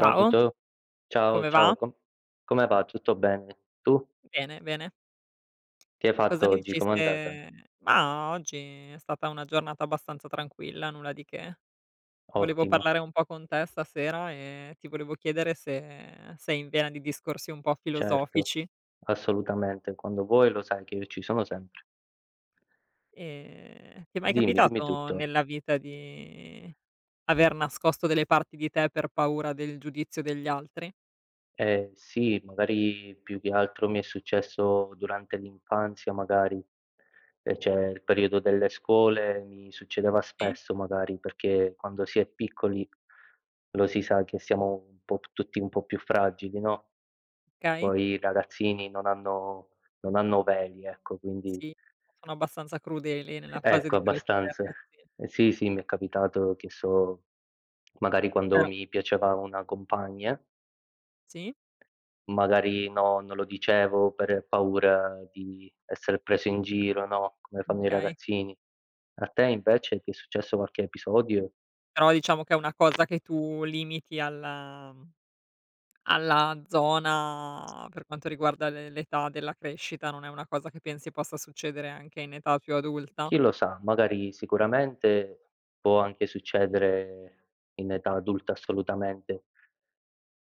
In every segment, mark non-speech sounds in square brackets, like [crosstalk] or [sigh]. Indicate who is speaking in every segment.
Speaker 1: Ciao,
Speaker 2: Ciao,
Speaker 1: come
Speaker 2: ciao,
Speaker 1: va?
Speaker 2: come va? Tutto bene? Tu?
Speaker 1: Bene, bene.
Speaker 2: Che hai
Speaker 1: Cosa
Speaker 2: fatto
Speaker 1: ne
Speaker 2: oggi?
Speaker 1: dici
Speaker 2: Com'è andata?
Speaker 1: se Mah, oggi è stata una giornata abbastanza tranquilla, nulla di che. Volevo
Speaker 2: Ottimo,
Speaker 1: parlare un po' con te stasera e ti volevo chiedere se sei in vena di discorsi un po'
Speaker 2: certo,
Speaker 1: filosofici.
Speaker 2: assolutamente. Quando vuoi lo sai che io ci sono sempre.
Speaker 1: Ti è mai
Speaker 2: Dimmi, dimmi
Speaker 1: capitato
Speaker 2: tutto.
Speaker 1: nella vita di aver nascosto delle parti di te per paura del giudizio degli altri?
Speaker 2: Sì, magari più che altro mi è successo durante l'infanzia, magari, cioè il periodo delle scuole mi succedeva
Speaker 1: Sì?
Speaker 2: spesso, magari, perché quando si è piccoli lo si sa che siamo un po' tutti un po' più fragili, no?
Speaker 1: Okay.
Speaker 2: Poi i ragazzini non hanno veli, ecco, quindi
Speaker 1: Sì, sono abbastanza crudeli nella fase
Speaker 2: ecco,
Speaker 1: di crescita, i
Speaker 2: abbastanza.
Speaker 1: ragazzini,
Speaker 2: Eh sì, sì, mi è capitato che so, magari quando
Speaker 1: però.
Speaker 2: mi piaceva una compagna,
Speaker 1: Sì?
Speaker 2: magari no, non lo dicevo per paura di essere preso in giro, no, come fanno i
Speaker 1: Okay.
Speaker 2: ragazzini. A te invece ti è successo qualche episodio?
Speaker 1: Però diciamo che è una cosa che tu limiti alla alla zona per quanto riguarda le l'età della crescita, non è una cosa che pensi possa succedere anche in età più adulta?
Speaker 2: Chi lo sa, magari sicuramente può anche succedere in età adulta assolutamente.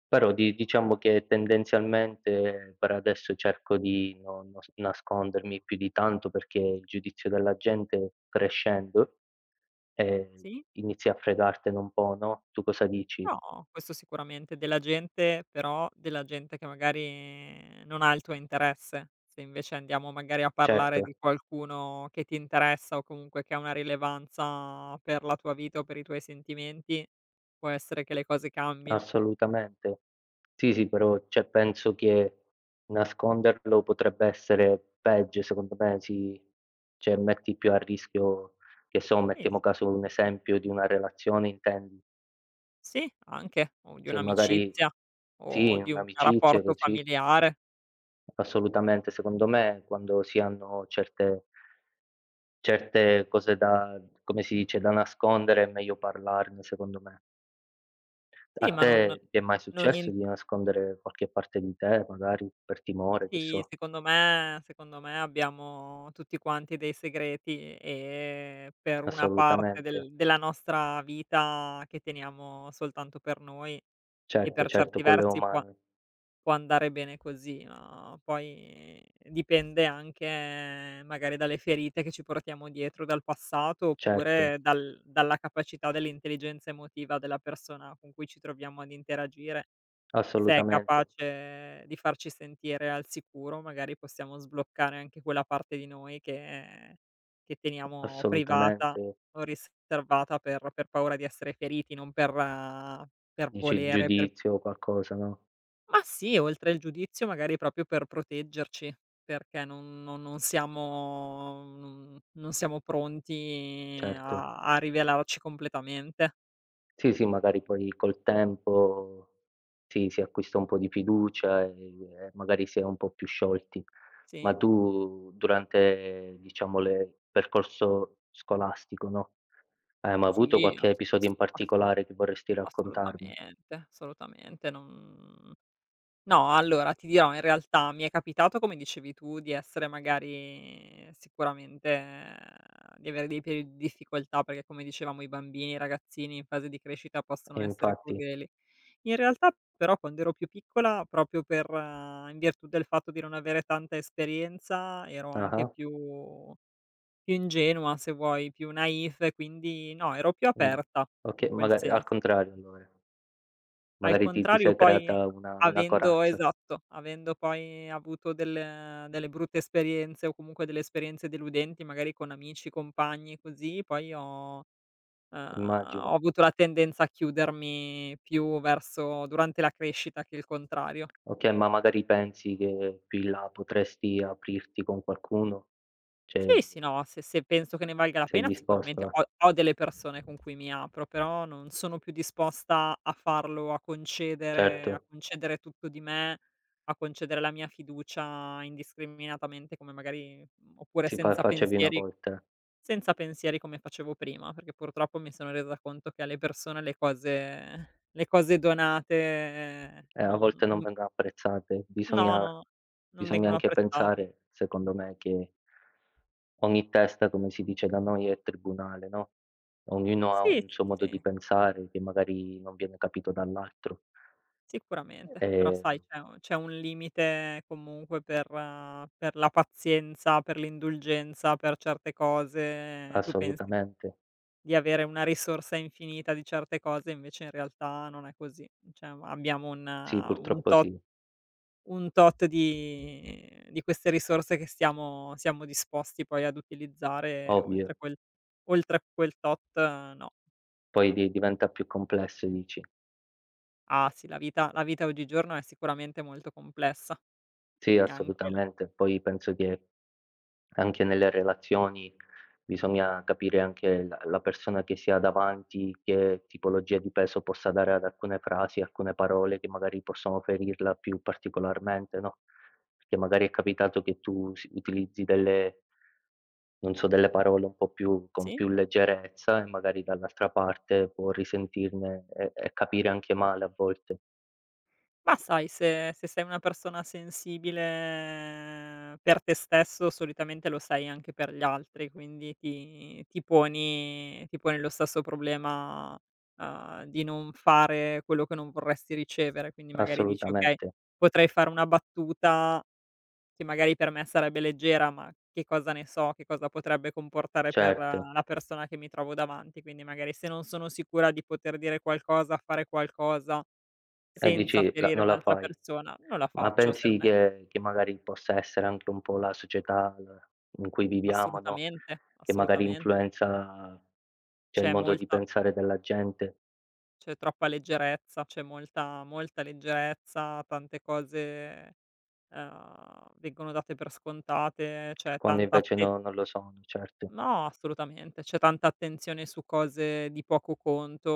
Speaker 2: Però di diciamo che tendenzialmente per adesso cerco di non nos nascondermi più di tanto perché il giudizio della gente crescendo,
Speaker 1: Sì?
Speaker 2: inizia a fregartene un po', no, tu cosa dici?
Speaker 1: No, questo sicuramente. Della gente che magari non ha il tuo interesse. Se invece andiamo magari a
Speaker 2: Certo,
Speaker 1: parlare di qualcuno che ti interessa o comunque che ha una rilevanza per la tua vita o per i tuoi sentimenti, può essere che le cose cambino.
Speaker 2: assolutamente. Sì, sì, però cioè penso che nasconderlo potrebbe essere peggio secondo me, sì. Cioè metti più a rischio, che so,
Speaker 1: Sì.
Speaker 2: mettiamo caso un esempio di una relazione intendi.
Speaker 1: Sì, anche, o di
Speaker 2: Sì, magari
Speaker 1: un'amicizia
Speaker 2: sì,
Speaker 1: o di un
Speaker 2: un'amicizia
Speaker 1: rapporto
Speaker 2: così,
Speaker 1: familiare.
Speaker 2: assolutamente. Secondo me quando si hanno certe cose da come si dice, da nascondere è meglio parlarne, secondo me.
Speaker 1: Sì,
Speaker 2: A
Speaker 1: ma non
Speaker 2: te ti è mai
Speaker 1: non
Speaker 2: successo
Speaker 1: in
Speaker 2: di nascondere qualche parte di te, magari per timore, che
Speaker 1: sì,
Speaker 2: so?
Speaker 1: secondo me abbiamo tutti quanti dei segreti, per una parte
Speaker 2: Assolutamente.
Speaker 1: della nostra vita che teniamo soltanto per noi, e
Speaker 2: Certo,
Speaker 1: per
Speaker 2: certo,
Speaker 1: certi
Speaker 2: quello è
Speaker 1: versi può
Speaker 2: umano.
Speaker 1: può andare bene così, ma poi dipende anche magari dalle ferite che ci portiamo dietro dal passato
Speaker 2: Certo,
Speaker 1: oppure dalla capacità dell'intelligenza emotiva della persona con cui ci troviamo ad interagire. Se è
Speaker 2: assolutamente,
Speaker 1: capace di farci sentire al sicuro, magari possiamo sbloccare anche quella parte di noi che teniamo privata
Speaker 2: assolutamente.
Speaker 1: o riservata per paura di essere feriti, non per per
Speaker 2: Dici
Speaker 1: volere, per.
Speaker 2: giudizio o qualcosa, no,
Speaker 1: Ma sì, oltre il giudizio magari proprio per proteggerci, perché non siamo pronti
Speaker 2: certo.
Speaker 1: a rivelarci completamente.
Speaker 2: Sì, sì, magari poi col tempo sì, si acquista un po' di fiducia, e magari si è un po' più sciolti. Ma
Speaker 1: Sì,
Speaker 2: tu durante, diciamo, le il percorso scolastico, no, hai mai avuto
Speaker 1: sì,
Speaker 2: qualche episodio in
Speaker 1: assolu
Speaker 2: particolare che vorresti raccontarmi?
Speaker 1: assolutamente, assolutamente, non no. Allora ti dirò, in realtà mi è capitato, come dicevi tu, di essere magari sicuramente, di avere dei periodi di difficoltà perché, come dicevamo, i bambini, i ragazzini in fase di crescita possono
Speaker 2: E
Speaker 1: essere
Speaker 2: infatti
Speaker 1: crudeli. In realtà però quando ero più piccola, proprio per in virtù del fatto di non avere tanta esperienza, ero anche
Speaker 2: ah-ah,
Speaker 1: più ingenua se vuoi, più naif, e quindi no, ero più
Speaker 2: mh,
Speaker 1: aperta
Speaker 2: okay,
Speaker 1: in quel
Speaker 2: maga al
Speaker 1: senso.
Speaker 2: contrario allora,
Speaker 1: Al
Speaker 2: magari ti
Speaker 1: contrario
Speaker 2: sei
Speaker 1: poi
Speaker 2: creata una
Speaker 1: avendo,
Speaker 2: corazza,
Speaker 1: esatto, avendo poi avuto delle brutte esperienze o comunque delle esperienze deludenti magari con amici, compagni, così, poi ho ehm,
Speaker 2: immagino.
Speaker 1: ho avuto la tendenza a chiudermi più verso durante la crescita che il contrario.
Speaker 2: Okay, ma magari pensi che più in là potresti aprirti con qualcuno? Cioè,
Speaker 1: Sì, sì, no, se penso che ne valga la
Speaker 2: sei
Speaker 1: pena
Speaker 2: disposto
Speaker 1: sicuramente
Speaker 2: a
Speaker 1: ho delle persone con cui mi apro, però non sono più disposta a farlo, a concedere a
Speaker 2: certo,
Speaker 1: concedere tutto di me, a concedere la mia fiducia indiscriminatamente come magari, oppure
Speaker 2: si fa
Speaker 1: senza
Speaker 2: facevi una
Speaker 1: pensieri
Speaker 2: volta,
Speaker 1: senza pensieri come facevo prima, perché purtroppo mi sono resa conto che alle persone le cose donate,
Speaker 2: e a
Speaker 1: non
Speaker 2: volte non
Speaker 1: n
Speaker 2: vengono apprezzate.
Speaker 1: no, no, non
Speaker 2: Bisogna
Speaker 1: vengono
Speaker 2: anche
Speaker 1: apprezzate.
Speaker 2: pensare, secondo me, che ogni testa, come si dice da noi, è tribunale, no, ognuno ha
Speaker 1: Sì,
Speaker 2: un suo
Speaker 1: sì,
Speaker 2: modo di
Speaker 1: sì.
Speaker 2: pensare che magari non viene capito dall'altro.
Speaker 1: Sicuramente, però
Speaker 2: Ehm,
Speaker 1: sai c'è un limite comunque per, per la pazienza, per l'indulgenza, per certe cose. Tu pensi
Speaker 2: assolutamente.
Speaker 1: di avere una risorsa infinita di certe cose, invece in realtà non è così. Cioè abbiamo un eh,
Speaker 2: Sì,
Speaker 1: un
Speaker 2: purtroppo
Speaker 1: tot
Speaker 2: sì,
Speaker 1: un tot di queste risorse che siamo disposti poi ad utilizzare
Speaker 2: ovvio.
Speaker 1: oltre quel tot, no.
Speaker 2: Poi di diventa più complesso dici.
Speaker 1: Ah sì, la vita oggigiorno è sicuramente molto complessa,
Speaker 2: Sì,
Speaker 1: e anche il.
Speaker 2: assolutamente. Poi penso che anche nelle relazioni bisogna capire anche la persona che si ha davanti, che tipologia di peso possa dare ad alcune frasi, alcune parole che magari possono ferirla più particolarmente, no, perché magari è capitato che tu utilizzi delle non so, delle parole un po' più con
Speaker 1: Sì?
Speaker 2: più leggerezza e magari dall'altra parte può risentirne e capire anche male a volte.
Speaker 1: Ma sai, se sei una persona sensibile per te stesso, solitamente lo sei anche per gli altri, quindi ti poni lo stesso problema, di non fare quello che non vorresti ricevere. Quindi magari dici: "Okay,
Speaker 2: Assolutamente,
Speaker 1: potrei fare una battuta che magari per me sarebbe leggera, ma che cosa ne so, che cosa potrebbe comportare per,
Speaker 2: certo.
Speaker 1: la persona che mi trovo davanti". Quindi magari se non sono sicura di poter dire qualcosa, fare qualcosa
Speaker 2: E
Speaker 1: senza
Speaker 2: dici la
Speaker 1: ferire
Speaker 2: non la
Speaker 1: un'altra
Speaker 2: fai.
Speaker 1: persona, non la
Speaker 2: Ma
Speaker 1: faccio se
Speaker 2: pensi
Speaker 1: non è.
Speaker 2: che magari possa essere anche un po' la società in cui viviamo, no,
Speaker 1: Assolutamente,
Speaker 2: che magari
Speaker 1: assolutamente.
Speaker 2: influenza, cioè, il
Speaker 1: C'è
Speaker 2: modo di
Speaker 1: molta
Speaker 2: pensare della gente,
Speaker 1: C'è troppa leggerezza, c'è molta molta leggerezza, tante cose, vengono date per scontate, c'è
Speaker 2: quando
Speaker 1: tanta
Speaker 2: invece
Speaker 1: atten
Speaker 2: no non lo sono, certo.
Speaker 1: no, assolutamente, c'è tanta attenzione su cose di poco conto,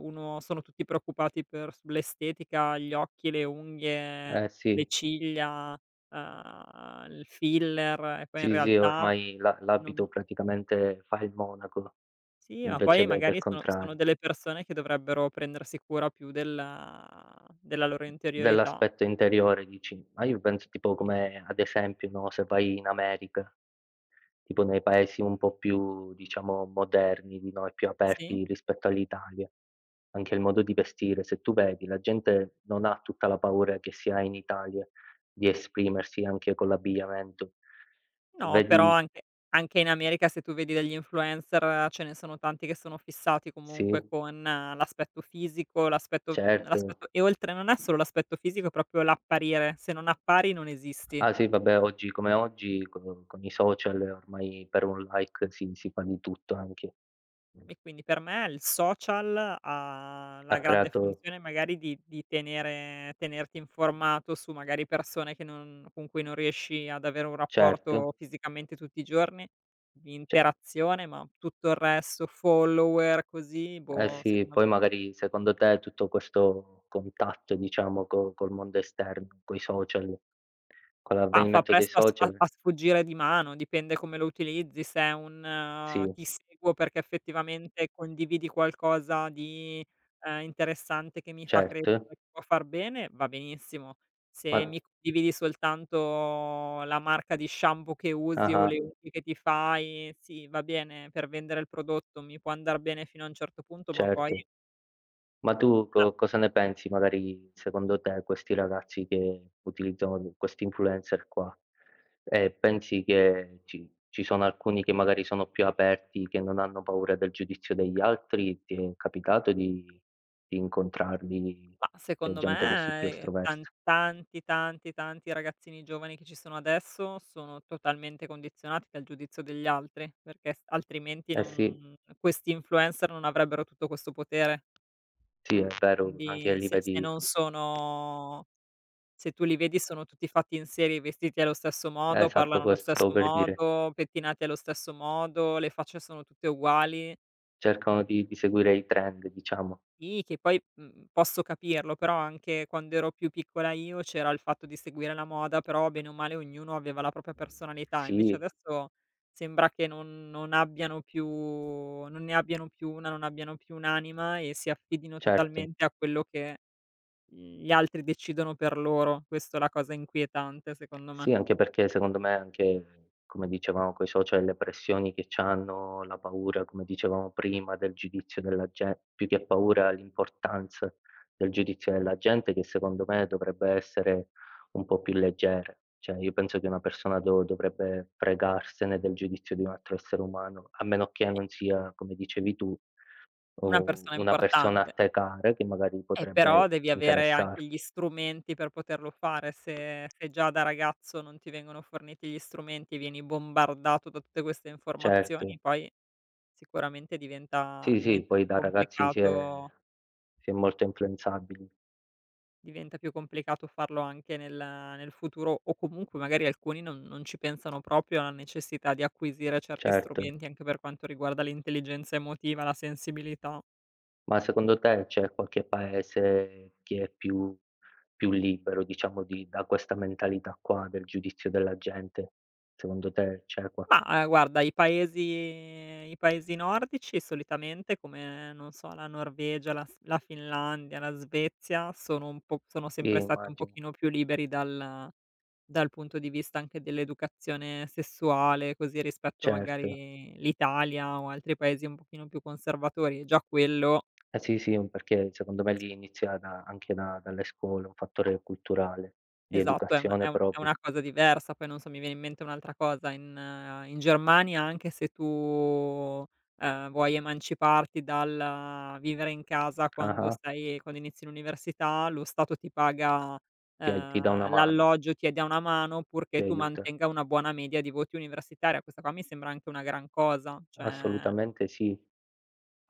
Speaker 1: uno sono tutti preoccupati per sull'estetica, gli occhi, le unghie,
Speaker 2: Eh
Speaker 1: le
Speaker 2: sì,
Speaker 1: ciglia, il filler e poi in
Speaker 2: sì, sì,
Speaker 1: realtà.
Speaker 2: ormai l'abito
Speaker 1: Non
Speaker 2: praticamente fa il monaco,
Speaker 1: Sì, ma
Speaker 2: invece
Speaker 1: poi
Speaker 2: de del
Speaker 1: magari sono
Speaker 2: contrario.
Speaker 1: delle persone che dovrebbero prendersi cura più della loro interiorità.
Speaker 2: Dell'aspetto interiore dici, ma io penso tipo
Speaker 1: Sì,
Speaker 2: come ad esempio, no, se vai in America tipo nei paesi un po' più, diciamo, moderni di noi, più
Speaker 1: sì.
Speaker 2: aperti rispetto all'Italia. Anche il modo di vestire, se tu vedi, la gente non ha tutta la paura che si ha in Italia di esprimersi anche con l'abbigliamento. Se
Speaker 1: No, però
Speaker 2: vedi
Speaker 1: anche in America se tu vedi degli influencer ce ne sono tanti che sono fissati comunque
Speaker 2: sì,
Speaker 1: con, l'aspetto fisico, l'aspetto mhmm,
Speaker 2: certo.
Speaker 1: l'aspetto e oltre, non è solo l'aspetto fisico, è proprio l'apparire. Se non appari non esisti.
Speaker 2: Ah sì, vabbè, oggi come oggi co con i social ormai per un like si fa di tutto anche.
Speaker 1: E quindi per me il social ha la
Speaker 2: Ha
Speaker 1: grande
Speaker 2: creato
Speaker 1: funzione magari di tenere tenerti informato su magari persone che non con cui non riesci ad avere un rapporto
Speaker 2: certo,
Speaker 1: fisicamente tutti i giorni, di
Speaker 2: ce
Speaker 1: interazione, ma tutto il resto, follower, così,
Speaker 2: eh
Speaker 1: boh,
Speaker 2: sì,
Speaker 1: secondo me.
Speaker 2: poi magari secondo te tutto questo contatto diciamo co col mondo esterno, coi social, con
Speaker 1: Ma fa
Speaker 2: l'avvenimento dei
Speaker 1: presto a s a
Speaker 2: social
Speaker 1: a sfuggire di mano, dipende come lo utilizzi, se è un
Speaker 2: sì,
Speaker 1: ti seguo perché effettivamente condividi qualcosa di, interessante che mi fa
Speaker 2: certo,
Speaker 1: crescere, che può far bene, va benissimo.
Speaker 2: ma
Speaker 1: Se mi condividi soltanto la marca di shampoo che usi o
Speaker 2: ah-ah,
Speaker 1: le unghie che ti fai, sì, va bene per vendere il prodotto, mi può andar bene fino a un certo punto, ma poi
Speaker 2: certo. Ma tu co
Speaker 1: la.
Speaker 2: cosa ne pensi magari secondo te questi ragazzi che utilizzano questi influencer qua? E pensi che ci sono alcuni che magari sono più aperti, che non hanno paura del giudizio degli altri? Ti è capitato di incontrarli,
Speaker 1: Ma
Speaker 2: cioè
Speaker 1: secondo
Speaker 2: gente così più
Speaker 1: me, tan
Speaker 2: estroversa?
Speaker 1: tanti, tanti, tanti ragazzini giovani che ci sono adesso sono totalmente condizionati dal giudizio degli altri, perché s altrimenti
Speaker 2: Eh sì,
Speaker 1: non questi influencer non avrebbero tutto questo potere.
Speaker 2: sì è vero, anche
Speaker 1: Quindi
Speaker 2: lì
Speaker 1: se
Speaker 2: vedi
Speaker 1: non sono, se tu li vedi sono tutti fatti in serie, vestiti allo stesso modo,
Speaker 2: esatto
Speaker 1: parlano allo
Speaker 2: questo stavo
Speaker 1: stesso
Speaker 2: per dire.
Speaker 1: modo, pettinati allo stesso modo, le facce sono tutte uguali.
Speaker 2: Cercano di seguire i trend diciamo.
Speaker 1: Sì, che poi, posso capirlo, però anche quando ero più piccola io c'era il fatto di seguire la moda, però bene o male ognuno aveva la propria personalità, invece
Speaker 2: Sì,
Speaker 1: adesso sembra che non ne abbiano più una, non abbiano più un'anima e si affidino
Speaker 2: certo.
Speaker 1: totalmente a quello che gli altri decidono per loro. Questa è la cosa inquietante secondo me.
Speaker 2: Sì, anche perché secondo me anche, come dicevamo, coi social le pressioni che c'hanno, la paura, come dicevamo prima, del giudizio della gen più che paura l'importanza del giudizio della gente che secondo me dovrebbe essere un po' più leggera. Cioè io penso che una persona do dovrebbe fregarsene del giudizio di un altro essere umano, a meno che non sia, come dicevi tu,
Speaker 1: Una
Speaker 2: u
Speaker 1: persona
Speaker 2: una persona a
Speaker 1: importante.
Speaker 2: te cara che magari potrebbe
Speaker 1: Però devi avere anche gli
Speaker 2: interessarti.
Speaker 1: strumenti per poterlo fare, se già da ragazzo non ti vengono forniti gli strumenti, vieni bombardato da tutte queste informazioni,
Speaker 2: Certo.
Speaker 1: poi sicuramente diventa
Speaker 2: Sì, sì,
Speaker 1: diventa
Speaker 2: poi
Speaker 1: più
Speaker 2: da ragazzi si
Speaker 1: complicato,
Speaker 2: è sì, molto influenzabili,
Speaker 1: diventa più complicato farlo anche nel futuro o comunque magari alcuni non ci pensano proprio alla necessità di acquisire certi
Speaker 2: certo.
Speaker 1: strumenti, anche per quanto riguarda l'intelligenza emotiva, la sensibilità.
Speaker 2: Ma secondo te c'è qualche paese che è più più libero, diciamo, di da questa mentalità qua del giudizio della gente? Secondo te c'è qua
Speaker 1: Mah, guarda i paesi nordici solitamente come, non so, la Norvegia, la Finlandia, la Svezia, sono sempre stati un
Speaker 2: immagino,
Speaker 1: pochino più liberi dal punto di vista anche dell'educazione sessuale, così rispetto
Speaker 2: certo.
Speaker 1: magari l'Italia o altri paesi un pochino più conservatori, e già quello.
Speaker 2: Eh sì, sì, un perché secondo me lì inizia da anche da dalle scuole, un fattore culturale, di
Speaker 1: Esatto, è una è
Speaker 2: educazione
Speaker 1: un è
Speaker 2: proprio.
Speaker 1: una cosa diversa. Poi non so, mi viene in mente un'altra cosa: in Germania anche se tu, vuoi emanciparti dal vivere in casa quando
Speaker 2: Ah-ah,
Speaker 1: stai quando inizi l'università, lo Stato ti paga,
Speaker 2: ti dà una mano,
Speaker 1: l'alloggio, ti dà una mano,
Speaker 2: ti
Speaker 1: purché tu
Speaker 2: aiuta.
Speaker 1: mantenga una buona media di voti universitaria. Questa qua mi sembra anche una gran cosa, cioè
Speaker 2: Assolutamente sì,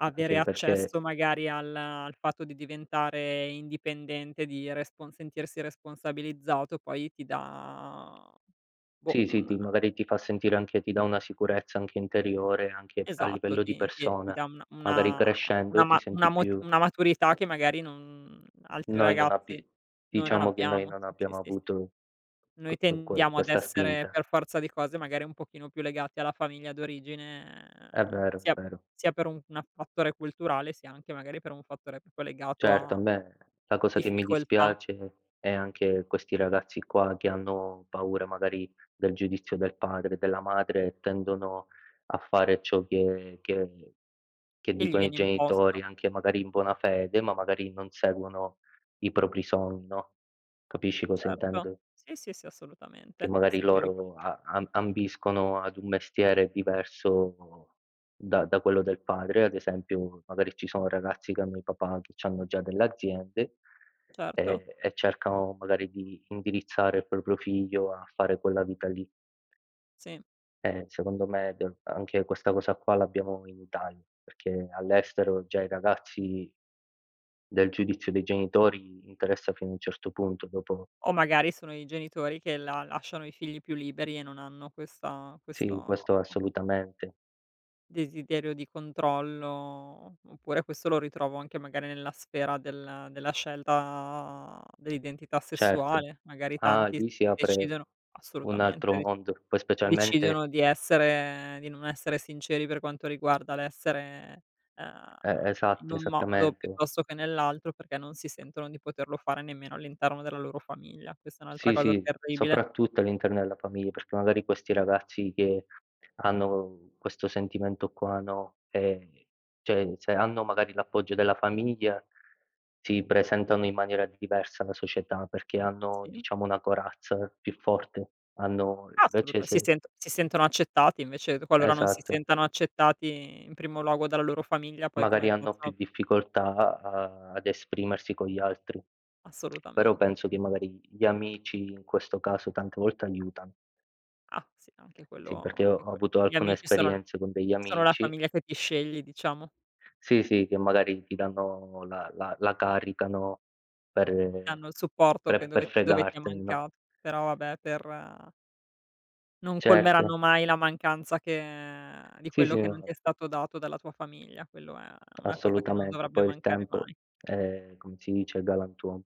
Speaker 1: avere
Speaker 2: anche perché
Speaker 1: accesso magari al fatto di diventare indipendente, di respon sentirsi responsabilizzato poi ti dà, boh,
Speaker 2: sì, sì,
Speaker 1: una,
Speaker 2: ti magari ti fa sentire anche ti dà una sicurezza anche interiore, anche a
Speaker 1: esatto,
Speaker 2: livello di
Speaker 1: ti ti ti
Speaker 2: persona.
Speaker 1: dà
Speaker 2: Magari crescendo
Speaker 1: una
Speaker 2: ti
Speaker 1: ma una
Speaker 2: senti
Speaker 1: mot
Speaker 2: più
Speaker 1: una maturità che magari non altri
Speaker 2: noi non
Speaker 1: ragazzi
Speaker 2: abbi
Speaker 1: noi non
Speaker 2: diciamo che noi
Speaker 1: abbiamo.
Speaker 2: non
Speaker 1: Sì, sì,
Speaker 2: abbiamo
Speaker 1: sì, sì.
Speaker 2: avuto
Speaker 1: Noi tendiamo ad
Speaker 2: questa
Speaker 1: essere
Speaker 2: spinta.
Speaker 1: per forza di cose magari un pochino più legati alla famiglia d'origine,
Speaker 2: È
Speaker 1: eh,
Speaker 2: vero, è
Speaker 1: sia
Speaker 2: vero.
Speaker 1: sia per un una fattore culturale, sia anche magari per un fattore proprio legato
Speaker 2: Certo, a
Speaker 1: a
Speaker 2: me la cosa che mi
Speaker 1: difficoltà
Speaker 2: dispiace è anche questi ragazzi qua che hanno paura magari del giudizio del padre, della madre e tendono a fare ciò che
Speaker 1: che gli
Speaker 2: dicono i
Speaker 1: viene
Speaker 2: genitori,
Speaker 1: imposto,
Speaker 2: anche magari in buona fede, ma magari non seguono i propri sogni, no, capisci cosa
Speaker 1: certo.
Speaker 2: intendo?
Speaker 1: Sì, sì, sì,
Speaker 2: Che
Speaker 1: assolutamente, che
Speaker 2: magari
Speaker 1: seguire i pro.
Speaker 2: loro a am ambiscono ad un mestiere diverso da quello del padre, ad esempio magari ci sono ragazzi come i papà che c'hanno già delle aziende,
Speaker 1: [unintelligible] Certo,
Speaker 2: e cercano magari di indirizzare il proprio figlio a fare quella vita lì.
Speaker 1: sì.
Speaker 2: Secondo me d anche questa cosa qua l'abbiamo in Italia, perché all'estero già i ragazzi del giudizio dei genitori interessa fino a un certo punto, dopo
Speaker 1: O magari sono i genitori che la lasciano i figli più liberi e non hanno questa
Speaker 2: sì,
Speaker 1: questo
Speaker 2: questo assolutamente.
Speaker 1: desiderio di controllo, oppure questo lo ritrovo anche magari nella sfera della scelta dell'identità
Speaker 2: Certo.
Speaker 1: sessuale, magari
Speaker 2: Ah,
Speaker 1: tanti s
Speaker 2: lì si apre
Speaker 1: decidono.
Speaker 2: un altro
Speaker 1: Assolutamente.
Speaker 2: mondo, poi specialmente
Speaker 1: Decidono di non essere sinceri per quanto riguarda l'essere, ehm, in
Speaker 2: esatto,
Speaker 1: un modo
Speaker 2: esattamente.
Speaker 1: piuttosto che nell'altro, perché non si sentono di poterlo fare nemmeno all'interno della loro famiglia. Questa è un'altra
Speaker 2: Sì,
Speaker 1: cosa
Speaker 2: sì,
Speaker 1: terribile.
Speaker 2: soprattutto all'interno della famiglia, perché magari questi ragazzi che hanno questo sentimento qua, no, cioè se hanno magari l'appoggio della famiglia, si presentano in maniera diversa alla società, perché hanno
Speaker 1: Sì,
Speaker 2: diciamo una corazza più forte, hanno invece
Speaker 1: assoluta si
Speaker 2: se
Speaker 1: sento si sentono accettati, invece qualora non si
Speaker 2: esatto.
Speaker 1: sentano accettati in primo luogo dalla loro famiglia, poi
Speaker 2: Magari
Speaker 1: come
Speaker 2: hanno più
Speaker 1: possono.
Speaker 2: difficoltà a ad esprimersi con gli altri. Però
Speaker 1: Assolutamente.
Speaker 2: penso che magari gli amici in questo caso tante volte aiutano.
Speaker 1: Ah sì, anche quello
Speaker 2: Sì, perché ho
Speaker 1: anche
Speaker 2: ho
Speaker 1: quello.
Speaker 2: avuto
Speaker 1: Gli
Speaker 2: alcune
Speaker 1: amici sono l
Speaker 2: esperienze con degli
Speaker 1: sono la
Speaker 2: amici
Speaker 1: famiglia che ti scegli, diciamo.
Speaker 2: sì, sì, che magari ti danno la la la caricano per
Speaker 1: Danno il supporto che dove ti è
Speaker 2: fregartene, no.
Speaker 1: mancato. Però vabbè, per non colmeranno
Speaker 2: Certo.
Speaker 1: mai la mancanza che di
Speaker 2: Sì,
Speaker 1: quello
Speaker 2: sì,
Speaker 1: che non
Speaker 2: no,
Speaker 1: ti è stato dato dalla tua famiglia, quello è una cosa che non
Speaker 2: assolutamente.
Speaker 1: dovrebbe
Speaker 2: Poi il
Speaker 1: mancare
Speaker 2: tempo
Speaker 1: mai.
Speaker 2: è, come si dice, galantuomo.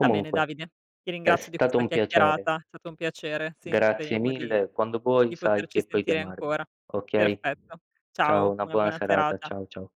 Speaker 1: Va bene Davide, ti
Speaker 2: è
Speaker 1: ringrazio di
Speaker 2: stato
Speaker 1: questa
Speaker 2: un
Speaker 1: chiacchierata,
Speaker 2: piacere.
Speaker 1: è stato un piacere, sì,
Speaker 2: Grazie
Speaker 1: speriamo di
Speaker 2: mille, quando vuoi
Speaker 1: di
Speaker 2: sai
Speaker 1: poterci
Speaker 2: che puoi
Speaker 1: sentire
Speaker 2: chiamarmi,
Speaker 1: ancora.
Speaker 2: okay?
Speaker 1: Perfetto.
Speaker 2: Ciao,
Speaker 1: Ciao,
Speaker 2: una
Speaker 1: una
Speaker 2: buona
Speaker 1: buona
Speaker 2: serata.
Speaker 1: serata.
Speaker 2: Ciao, ciao.